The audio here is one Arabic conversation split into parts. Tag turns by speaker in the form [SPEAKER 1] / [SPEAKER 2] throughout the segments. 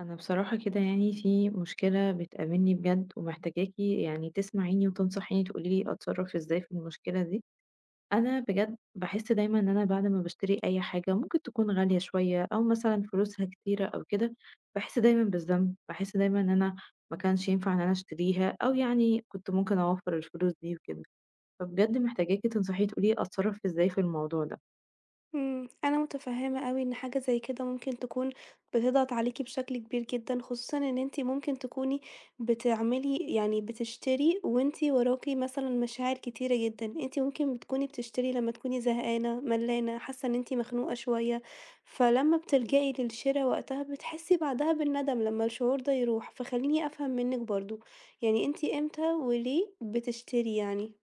[SPEAKER 1] أنا بصراحة كده يعني في مشكلة بتقابلني بجد ومحتاجاكي يعني تسمعيني وتنصحيني تقولي لي أتصرف إزاي في المشكلة دي. أنا بجد بحس دايما إن أنا بعد ما بشتري أي حاجة ممكن تكون غالية شوية أو مثلا فلوسها كتيرة أو كده، بحس دايما بالذنب، بحس دايما إن أنا ما كانش ينفع إن أنا أشتريها، أو يعني كنت ممكن أوفر الفلوس دي وكده. فبجد محتاجاكي تنصحيني تقولي لي أتصرف إزاي في الموضوع ده.
[SPEAKER 2] أنا متفهمة أوي إن حاجة زي كده ممكن تكون بتضغط عليكِ بشكل كبير جدًا، خصوصًا إن أنتِ ممكن تكوني بتعملي يعني بتشتري وأنتِ وراكِ مثلًا مشاعر كتيرة جدًا، أنتِ ممكن تكوني بتشتري لمّا تكوني زهقانة، ملانة، حاسة إن أنتِ مخنوقة شوية، فلمّا بتلجئي للشرا وقتها بتحسي بعدها بالندم لمّا الشعور ده يروح، فخليني أفهم منِك برضه، يعني أنتِ إمتى وليه بتشتري يعني؟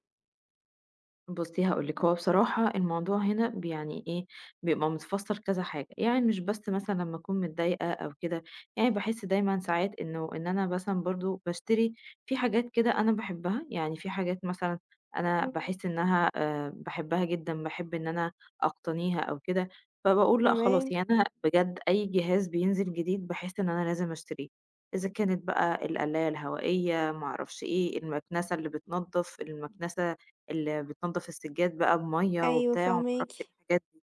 [SPEAKER 1] بُصّي هاقول لِك، هو بصراحة الموضوع هنا ب يعني إيه، بيبقى متفسّر كذا حاجة، يعني مش بس مثلًا لمّا أكون متضايقة أو كده، يعني باحس دايمًا ساعات إنه إن أنا مثلًا برضه باشتري في حاجات كده أنا باحبها، يعني في حاجات مثلًا أنا
[SPEAKER 2] إمم.
[SPEAKER 1] باحس إنها باحبها جدًا، باحب إن أنا أقتنيها أو كده، فباقول لأ خلاص،
[SPEAKER 2] تمام.
[SPEAKER 1] يعني أنا بجد أي جهاز بينزل جديد باحس إن أنا لازم أشتريه، إذا كانت بقى القلاية الهوائية، ما أعرفش إيه، المكنسة اللي بتنضّف، المكنسة اللي بتنضف السجاد بقى بمَيّة
[SPEAKER 2] أيوه
[SPEAKER 1] وبتاع وما
[SPEAKER 2] فاهماكِ.
[SPEAKER 1] اعرفش إيه الحاجات دي،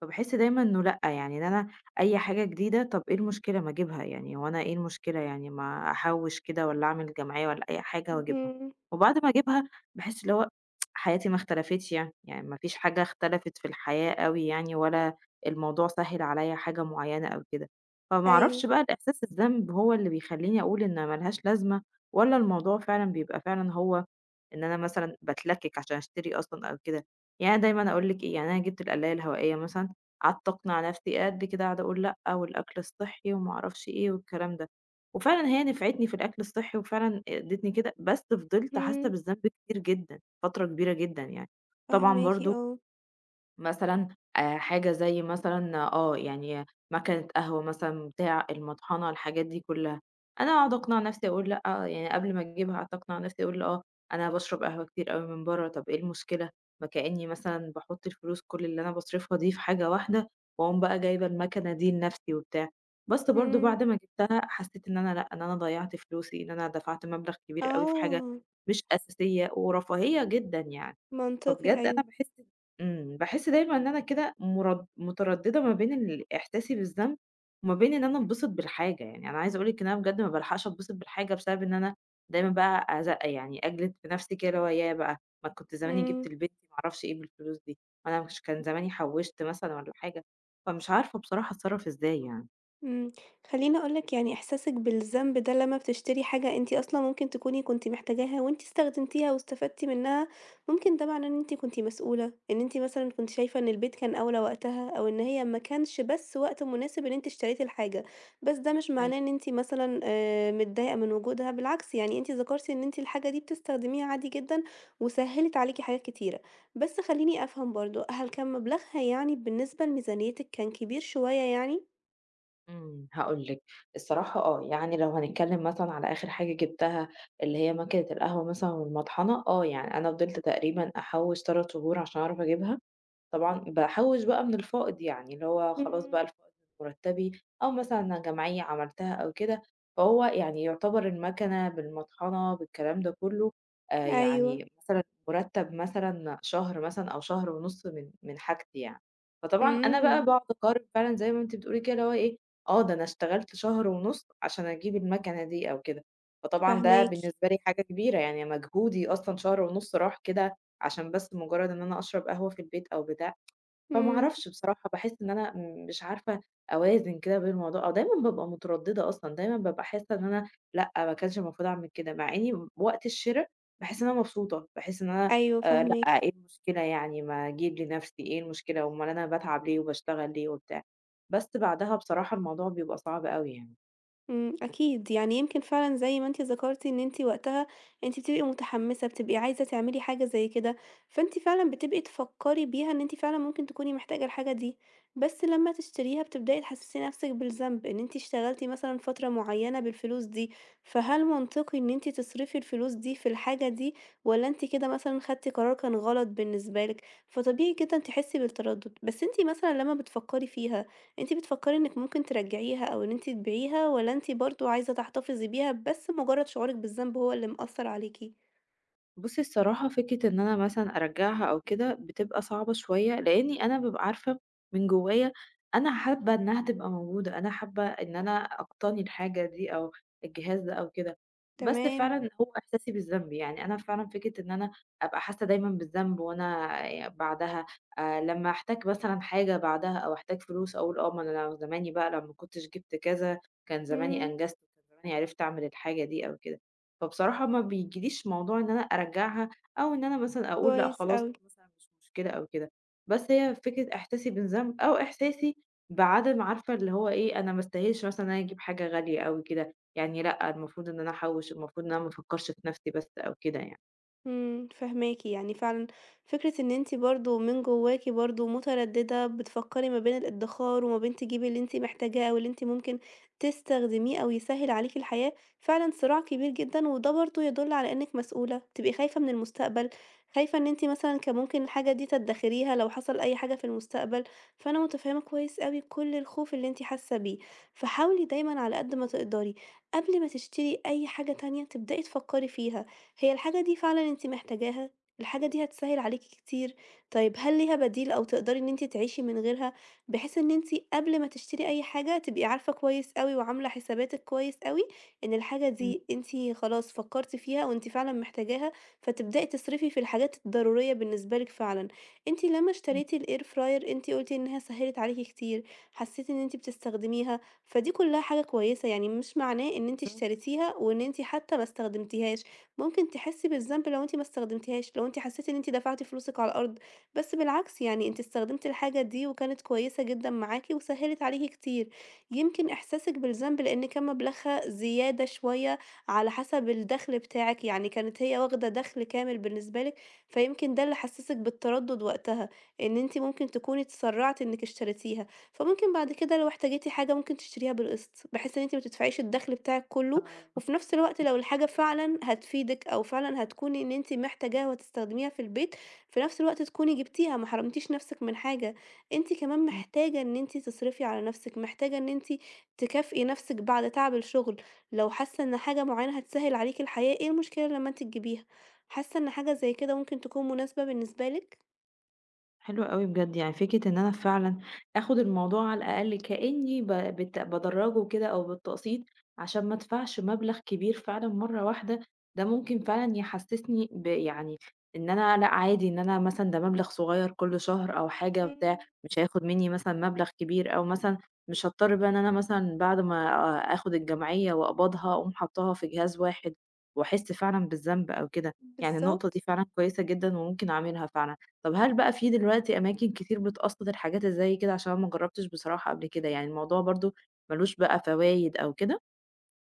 [SPEAKER 1] فباحس دايمًا إنه لأ، يعني إن أنا أي حاجة جديدة طَب إيه المشكلة ما أجيبها يعني، هو أنا إيه المشكلة يعني ما أحوّش كده والّا أعمل جمعية والّا أي حاجة وأجيبها،
[SPEAKER 2] اهم.
[SPEAKER 1] وبعد ما أجيبها باحس اللي هو حياتي ما اختلفتش يعني، يعني ما فيش حاجة اختلفت في الحياة أوي يعني ولا الموضوع سهِّل عليَّ حاجة معيّنة أو كده، فما
[SPEAKER 2] أيوه.
[SPEAKER 1] اعرفش بقى الإحساس الذنب هو اللي بيخلّيني أقول إن ما لهاش لازمة والّا الموضوع فعلًا بيبقى فعلًا هو إن أنا مثلًا باتلكِّك عشان أشتري أصلًا أو كده. يعني أنا دايمًا أقول لِك إيه، يعني أنا جِبت القلاية الهوائية مثلًا، قعدت أقنع نفسي قد كده قاعدة أقول لأ، والأكل الصحّي وما أعرفش إيه والكلام ده، وفعلًا هي نفعتني في الأكل الصحّي وفعلًا ادّتني كده، بس فضلت حاسّة
[SPEAKER 2] إمم،
[SPEAKER 1] بالذنب كتير جدًا، فترة كبيرة جدًا يعني. طبعًا
[SPEAKER 2] فاهماكِ
[SPEAKER 1] برضه
[SPEAKER 2] آه.
[SPEAKER 1] مثلًا حاجة زي مثلًا آه، يعني ماكينة قهوة مثلًا بتاع، المطحنة، الحاجات دي كلّها. أنا أقعد أقنع نَفْسي أقول لأ، آه، يعني قبل ما أجيبها قعدت أقنع نَفْسي أقول آه، أنا باشرب قهوة كتير أوي من برّه، طَب إيه المشكلة؟ ما كإنّي مثلًا باحُط الفلوس كل اللي أنا باصرفها دي في حاجة واحدة وأقوم بقى جايبة الماكنة دي لنَفْسي وبتاع. بس برضه
[SPEAKER 2] إمم.
[SPEAKER 1] بعد ما جِبتها حسّيت إن أنا لأ، إن أنا ضيّعت فلوسي، إن أنا دفعت مبلغ كبير أوي في حاجة
[SPEAKER 2] آه.
[SPEAKER 1] مش أساسية ورفاهية جدًا يعني.
[SPEAKER 2] منطقي
[SPEAKER 1] فبجد أنا
[SPEAKER 2] أيوه.
[SPEAKER 1] باحس باحس دايمًا إن أنا كده مرد مترددة ما بين ال إحساسي بالذنب، وما بين إن أنا أتبسط بالحاجة، يعني أنا عايزة أقول لِك إن أنا بجد ما بالحقش أتبسط بالحاجة بسبب إن أنا دايمًا بقى أزق يعني أجلد في نفسي كده اللي هو ياه بقى ما كنت زماني جبت
[SPEAKER 2] إمم.
[SPEAKER 1] لبنتي ما أعرفش إيه بالفلوس دي، ما أنا مش كان زماني حوشت مثلًا والّا حاجة، فمش عارفة بصراحة أتصرف إزاي يعني.
[SPEAKER 2] إمم، خلّيني أقول لك يعني إحساسِك بالذنب ده لمّا بتشتري حاجة أنتِ أصلًا ممكن تكوني كنتِ محتاجاها وأنتِ استخدمتيها واستفدتِ منها، ممكن ده معناه إن أنتِ كنتِ مسؤولة، إن أنتِ مثلًا كنتِ شايفة إن البيت كان أولى وقتها، أو إن هي ما كانش بس وقت مناسب إن أنتِ اشتريتِ الحاجة، بس ده مش معناه إن أنتِ مثلًا متضايقة من وجودها، بالعكس يعني أنتِ ذكرتِ إن أنتِ الحاجة دي بتستخدميها عادي جدًا، وسهّلت عليكِ حاجات كتيرة، بس خلّيني أفهم برضه، هل كان مبلغها يعني بالنسبة لميزانيتِك كان كبير شوية يعني؟
[SPEAKER 1] هاقول لِك، الصراحة آه، يعني لو هنتكلم مثلًا على آخر حاجة جِبتها اللي هي ماكينة القهوة مثلًا والمطحنة، آه، يعني أنا فضلت تقريبًا أحوّش 3 شهور عشان أعرف أجيبها، طبعًا باحوّش بقى من الفائض يعني، اللي هو خلاص
[SPEAKER 2] إمم.
[SPEAKER 1] بقى الفائض من مرتبي أو مثلًا انا جمعية عملتها أو كده، فهو يعني يعتبر المكنة بالمطحنة بالكلام ده كلّه
[SPEAKER 2] أيوه.
[SPEAKER 1] يعني مثلًا مرتب مثلًا شهر مثلًا أو شهر ونُص من حاجتي يعني، فطبعًا أنا بقى
[SPEAKER 2] إمم،
[SPEAKER 1] باقعد أقارن فعلًا زي ما أنتِ بتقولي كده اللي هو إيه، آه، ده أنا اشتغلت شهر ونُص عشان أجيب المكنة دي أو كده، فطبعًا ده
[SPEAKER 2] فاهماكِ.
[SPEAKER 1] بالنسبة لي حاجة كبيرة يعني مجهودي أصلًا شهر ونُص راح كده عشان بس مجرد إن أنا أشرب قهوة في البيت أو بتاع، فما
[SPEAKER 2] إمم.
[SPEAKER 1] اعرفش بصراحة باحس إن أنا مش عارفة أوازن كده بين الموضوع أو دايمًا بابقى مترددة أصلًا، دايمًا بابقى حاسة إن أنا لأ، ما كانش المفروض أعمل كده، مع إني وقت الشِرا باحس إن أنا مبسوطة، باحس إن أنا
[SPEAKER 2] أيوه فاهماكِ.
[SPEAKER 1] لأ، إيه المشكلة يعني ما أجيب لنفسي، إيه المشكلة أومال أنا باتعب ليه وباشتغل ليه وبتاع، بس بعدها بصراحة الموضوع بيبقى صعب أوي يعني.
[SPEAKER 2] أكيد، يعني يمكن فعلًا زي ما أنتِ ذكرتِ إن أنتِ وقتها أنتِ بتبقي متحمسة، بتبقي عايزة تعملي حاجة زي كده، فأنتِ فعلًا بتبقي تفكري بيها إن أنتِ فعلًا ممكن تكوني محتاجة الحاجة دي، بس لمّا تشتريها بتبدئي تحسسي نفسِك بالذنب إن أنتِ اشتغلتِ مثلًا فترة معينة بالفلوس دي، فهل منطقي إن أنتِ تصرفي الفلوس دي في الحاجة دي، والّا أنتِ كده مثلًا خدتِ قرار كان غلط بالنسبة لِك؟ فطبيعي جدًا تحسي بالتردد، بس أنتِ مثلًا لمّا بتفكري فيها أنتِ بتفكّري إنِّك ممكن ترجّعيها أو إن أنتِ تبيعيها والّا أنتِ برضه عايزة تحتفظي بيها بس مُجرّد شعورِك بالذنب هو اللي مأثّر عليكِ؟
[SPEAKER 1] بُصّي الصراحة فكرة إن أنا مثلًا أرجّعها أو كده، بتبقى صعبة شوية، لإنّي أنا بابقى عارفة من جوّايا أنا حابّة إنّها تبقى موجودة، أنا حابّة إن أنا أقتني الحاجة دي أو الجهاز ده أو كده، بس
[SPEAKER 2] تمام.
[SPEAKER 1] فعلًا هو إحساسي بالذنب، يعني أنا فعلًا فكرة إن أنا أبقى حاسّة دايمًا بالذنب وأنا بعدها لمّا أحتاج مثلًا حاجة بعدها أو أحتاج فلوس أقول آه، ما أنا لو زماني بقى لمّا كنتش جِبت كذا كان زماني
[SPEAKER 2] إمم.
[SPEAKER 1] أنجزت، كان زماني عرفت أعمل الحاجة دي أو كده. فبصراحة ما بيجيليش موضوع إن أنا أرجّعها أو إن أنا مثلًا أقول لأ
[SPEAKER 2] كويس
[SPEAKER 1] خلاص
[SPEAKER 2] أوي.
[SPEAKER 1] مثلًا مش مشكلة أو كده، بس هي فكرة إحساسي بالذنب أو إحساسي بعدم عارفة اللي هو إيه، أنا ما أستاهلش مثلًا إن أنا أجيب حاجة غالية أوي كده، يعني لأ المفروض إن أنا أحوّش، المفروض إن أنا ما أفكّرش في نَفْسي بس أو كده يعني.
[SPEAKER 2] فاهماكِ، يعني فعلًا فكرة إن أنتِ برضه من جواكِ برضه مترددة، بتفكّري ما بين الادخار وما بين تجيبي اللي أنتِ محتاجاه أو اللي أنتِ ممكن تستخدميه أو يسهّل عليكِ الحياة، فعلًا صراع كبير جدًا، وده برضه يدل على إنِّك مسؤولة، بتبقي خايفة من المستقبل، خايفة إن أنتِ مثلًا كان ممكن الحاجة دي تدخّريها لو حصل أي حاجة في المستقبل، فأنا متفهمة كويس أوي كل الخوف اللي أنتِ حاسة بيه، فحاولي دايمًا على قد ما تقدري قبل ما تشتري أي حاجة تانية تبدئي تفكّري فيها. هي الحاجة دي فعلًا أنتِ محتاجاها؟ الحاجة دي هتسهِّل عليكِ كتير، طيب هل ليها بديل أو تقدري إن أنتِ تعيشي من غيرها، بحيث إن أنتِ قبل ما تشتري أي حاجة تبقي عارفة كويس أوي وعاملة حساباتِك كويس أوي إن الحاجة
[SPEAKER 1] إمم،
[SPEAKER 2] دي أنتِ خلاص فكّرتِ فيها وأنتِ فعلًا محتاجاها، فتبدئي تصرفي في الحاجات الضرورية بالنسبة لِك فعلًا. أنتِ لمّا
[SPEAKER 1] إمم،
[SPEAKER 2] اشتريتِ الair fryer أنتِ قُلتِ إنها سهِّلت عليكِ كتير، حسيتِ إن أنتِ بتستخدميها، فدي كلها حاجة كويسة، يعني مش معناه إن أنتِ
[SPEAKER 1] بالضبط.
[SPEAKER 2] اشتريتيها وإن أنتِ حتى ما استخدمتيهاش. ممكن تحسي بالذنب لو أنتِ ما استخدمتيهاش، لو أنتِ حسيتِ إن أنتِ دفعتِ فلوسِك على الأرض، بس بالعكس يعني أنتِ استخدمتِ الحاجة دي وكانت كويسة جدًا معاكِ وسهّلت عليكِ كتير، يمكن إحساسِك بالذنب لإن كان مبلغها زيادة شوية على حسب الدخل بتاعِك، يعني كانت هي واخدة دخل كامل بالنسبة لِك، فيمكن ده اللي حسسِك بالتردد وقتها، إن أنتِ ممكن تكوني اتسرعتِ إنِك اشتريتيها، فممكن بعد كده لو احتاجيتِ حاجة ممكن تشتريها بالقسط، بحيث إن أنتِ ما تدفعيش الدخل بتاعِك كله
[SPEAKER 1] آه.
[SPEAKER 2] وفي نفس الوقت لو الحاجة فعلًا هتفيدِك أو فعلًا هتكوني إن أنتِ محتاجاها وهتستخدميها في البيت، في نفس الوقت تكوني جبتيها، ما حرمتيش نفسِك من حاجة، أنتِ كمان محتاجة إن أنتِ تصرفي على نفسِك، محتاجة إن أنتِ تكافئي نفسِك بعد تعب الشغل، لو حاسة إن حاجة معينة هتسهل عليكِ الحياة، إيه المشكلة لما أنتِ تجيبيها؟ حاسة إن حاجة زي كده ممكن تكون مناسبة بالنسبة لِك؟
[SPEAKER 1] حلو أوي بجد، يعني فكرة إن أنا فعلًا آخُد الموضوع على الأقل كإنّي ب بت بادرّجه كده أو بالتقسيط عشان ما أدفعش مبلغ كبير فعلًا مرّة واحدة، ده ممكن فعلًا يحسّسني ب يعني إن أنا لأ عادي إن أنا مثلًا ده مبلغ صغيّر كل شهر أو حاجة بتاع،
[SPEAKER 2] إمم.
[SPEAKER 1] مش هياخُد منّي مثلًا مبلغ كبير أو مثلًا مش هاضطر بقى إن أنا مثلًا بعد ما آخُد الجمعية وأقبضها أقوم حاطّاها في جهاز واحد وأحس فعلًا بالذنب أو كده، يعني النقطة دي
[SPEAKER 2] بالضبط.
[SPEAKER 1] فعلًا كويسة جدًا وممكن أعملها فعلًا. طب هل بقى في دلوقتي أماكن كتير بتقسّط الحاجات اللي زي كده؟ عشان أنا ما جرّبتش بصراحة قبل كده، يعني الموضوع برضه ما لوش بقى فوايد أو كده؟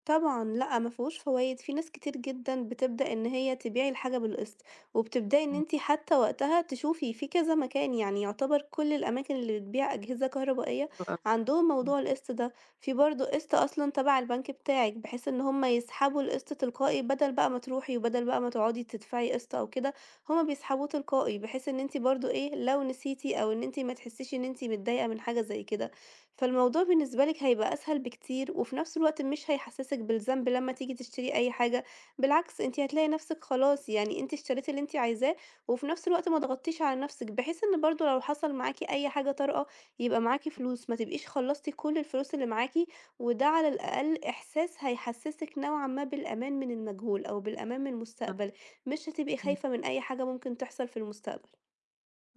[SPEAKER 2] طبعًا لأ، ما فيهوش فوايد، في ناس كتير جدًا بتبدأ إن هي تبيع الحاجة بالقسط، وبتبدأي إن
[SPEAKER 1] إمم،
[SPEAKER 2] أنتِ حتى وقتها تشوفي في كذا مكان، يعني يعتبر كل الأماكن اللي بتبيع أجهزة كهربائية
[SPEAKER 1] حلو أوي،
[SPEAKER 2] عندهم
[SPEAKER 1] إمم،
[SPEAKER 2] موضوع القسط ده، في برضه قسط أصلًا تبع البنك بتاعِك، بحيث إن هُم يسحبوا القسط تلقائي بدل بقى ما تروحي وبدل بقى ما تقعدي تدفعي قسط أو كده، هُم بيسحبوه تلقائي، بحيث إن أنتِ برضه إيه، لو نسيتِ أو إن أنتِ ما تحسيش إن أنتِ متضايقة من حاجة زي كده. فالموضوع بالنسبة لِك هيبقى أسهل بكتير، وفي نفس الوقت مش هيحسسِك بالذنب لمّا تيجي تشتري أي حاجة، بالعكس أنتِ هتلاقي نفسِك خلاص يعني أنتِ اشتريتِ اللي أنتِ عايزاه، وفي نفس الوقت ما ضغطتيش على نفسِك، بحيث إن برضه لو حصل معاكِ أي حاجة طارئة يبقى معاكِ فلوس، ما تبقيش خلصتِ كل الفلوس اللي معاكِ، وده على الأقل إحساس هيحسسِك نوعًا ما بالأمان من المجهول أو بالأمان من
[SPEAKER 1] صح.
[SPEAKER 2] المستقبل، مش هتبقي
[SPEAKER 1] إمم.
[SPEAKER 2] خايفة من أي حاجة ممكن تحصل في المستقبل.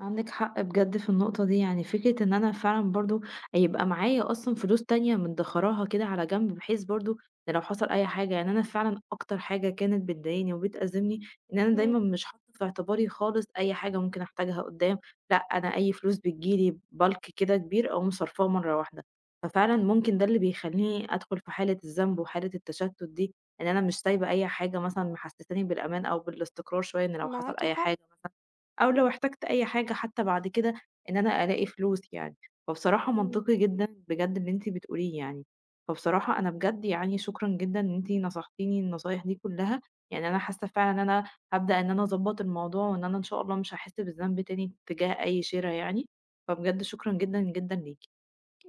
[SPEAKER 1] عندِك حق بجد في النقطة دي، يعني فكرة إن أنا فعلًا برضه يبقى معايا أصلًا فلوس تانية مدخّراها كده على جنب، بحيث برضه إن لو حصل أي حاجة يعني أنا فعلًا أكتر حاجة كانت بتضايقني وبتأزمني إن أنا دايمًا
[SPEAKER 2] إمم.
[SPEAKER 1] مش حاطة في اعتباري خالص أي حاجة ممكن أحتاجها قدّام، لأ أنا أي فلوس بتيجي لي bulk كده كبير أقوم صارفاه مرة واحدة، ففعلًا ممكن ده اللي بيخلّيني أدخل في حالة الذنب وحالة التشتت دي، إن أنا مش سايبة أي حاجة مثلًا محسساني بالأمان أو بالاستقرار شوية، إن لو حصل
[SPEAKER 2] معاكِ
[SPEAKER 1] أي
[SPEAKER 2] حق.
[SPEAKER 1] حاجة مثلًا أو لو احتجت أي حاجة حتى بعد كده إن أنا ألاقي فلوس يعني، فبصراحة
[SPEAKER 2] إمم.
[SPEAKER 1] منطقي جدًا بجد اللي أنتِ بتقوليه يعني، فبصراحة أنا بجد يعني شكرًا جدًا إن أنتِ نصحتيني النصايح دي كلها، يعني أنا حاسة فعلًا إن أنا هابدأ إن أنا أضبّط الموضوع وإن أنا إن شاء الله مش هاحس بالذنب تاني تجاه أي شِرا يعني، فبجد شكرًا جدًا، جدًا ليكِ.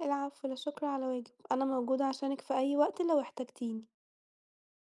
[SPEAKER 2] العفو، لا شكر على واجب، أنا موجودة عشانِك في أي وقت لو احتجتيني.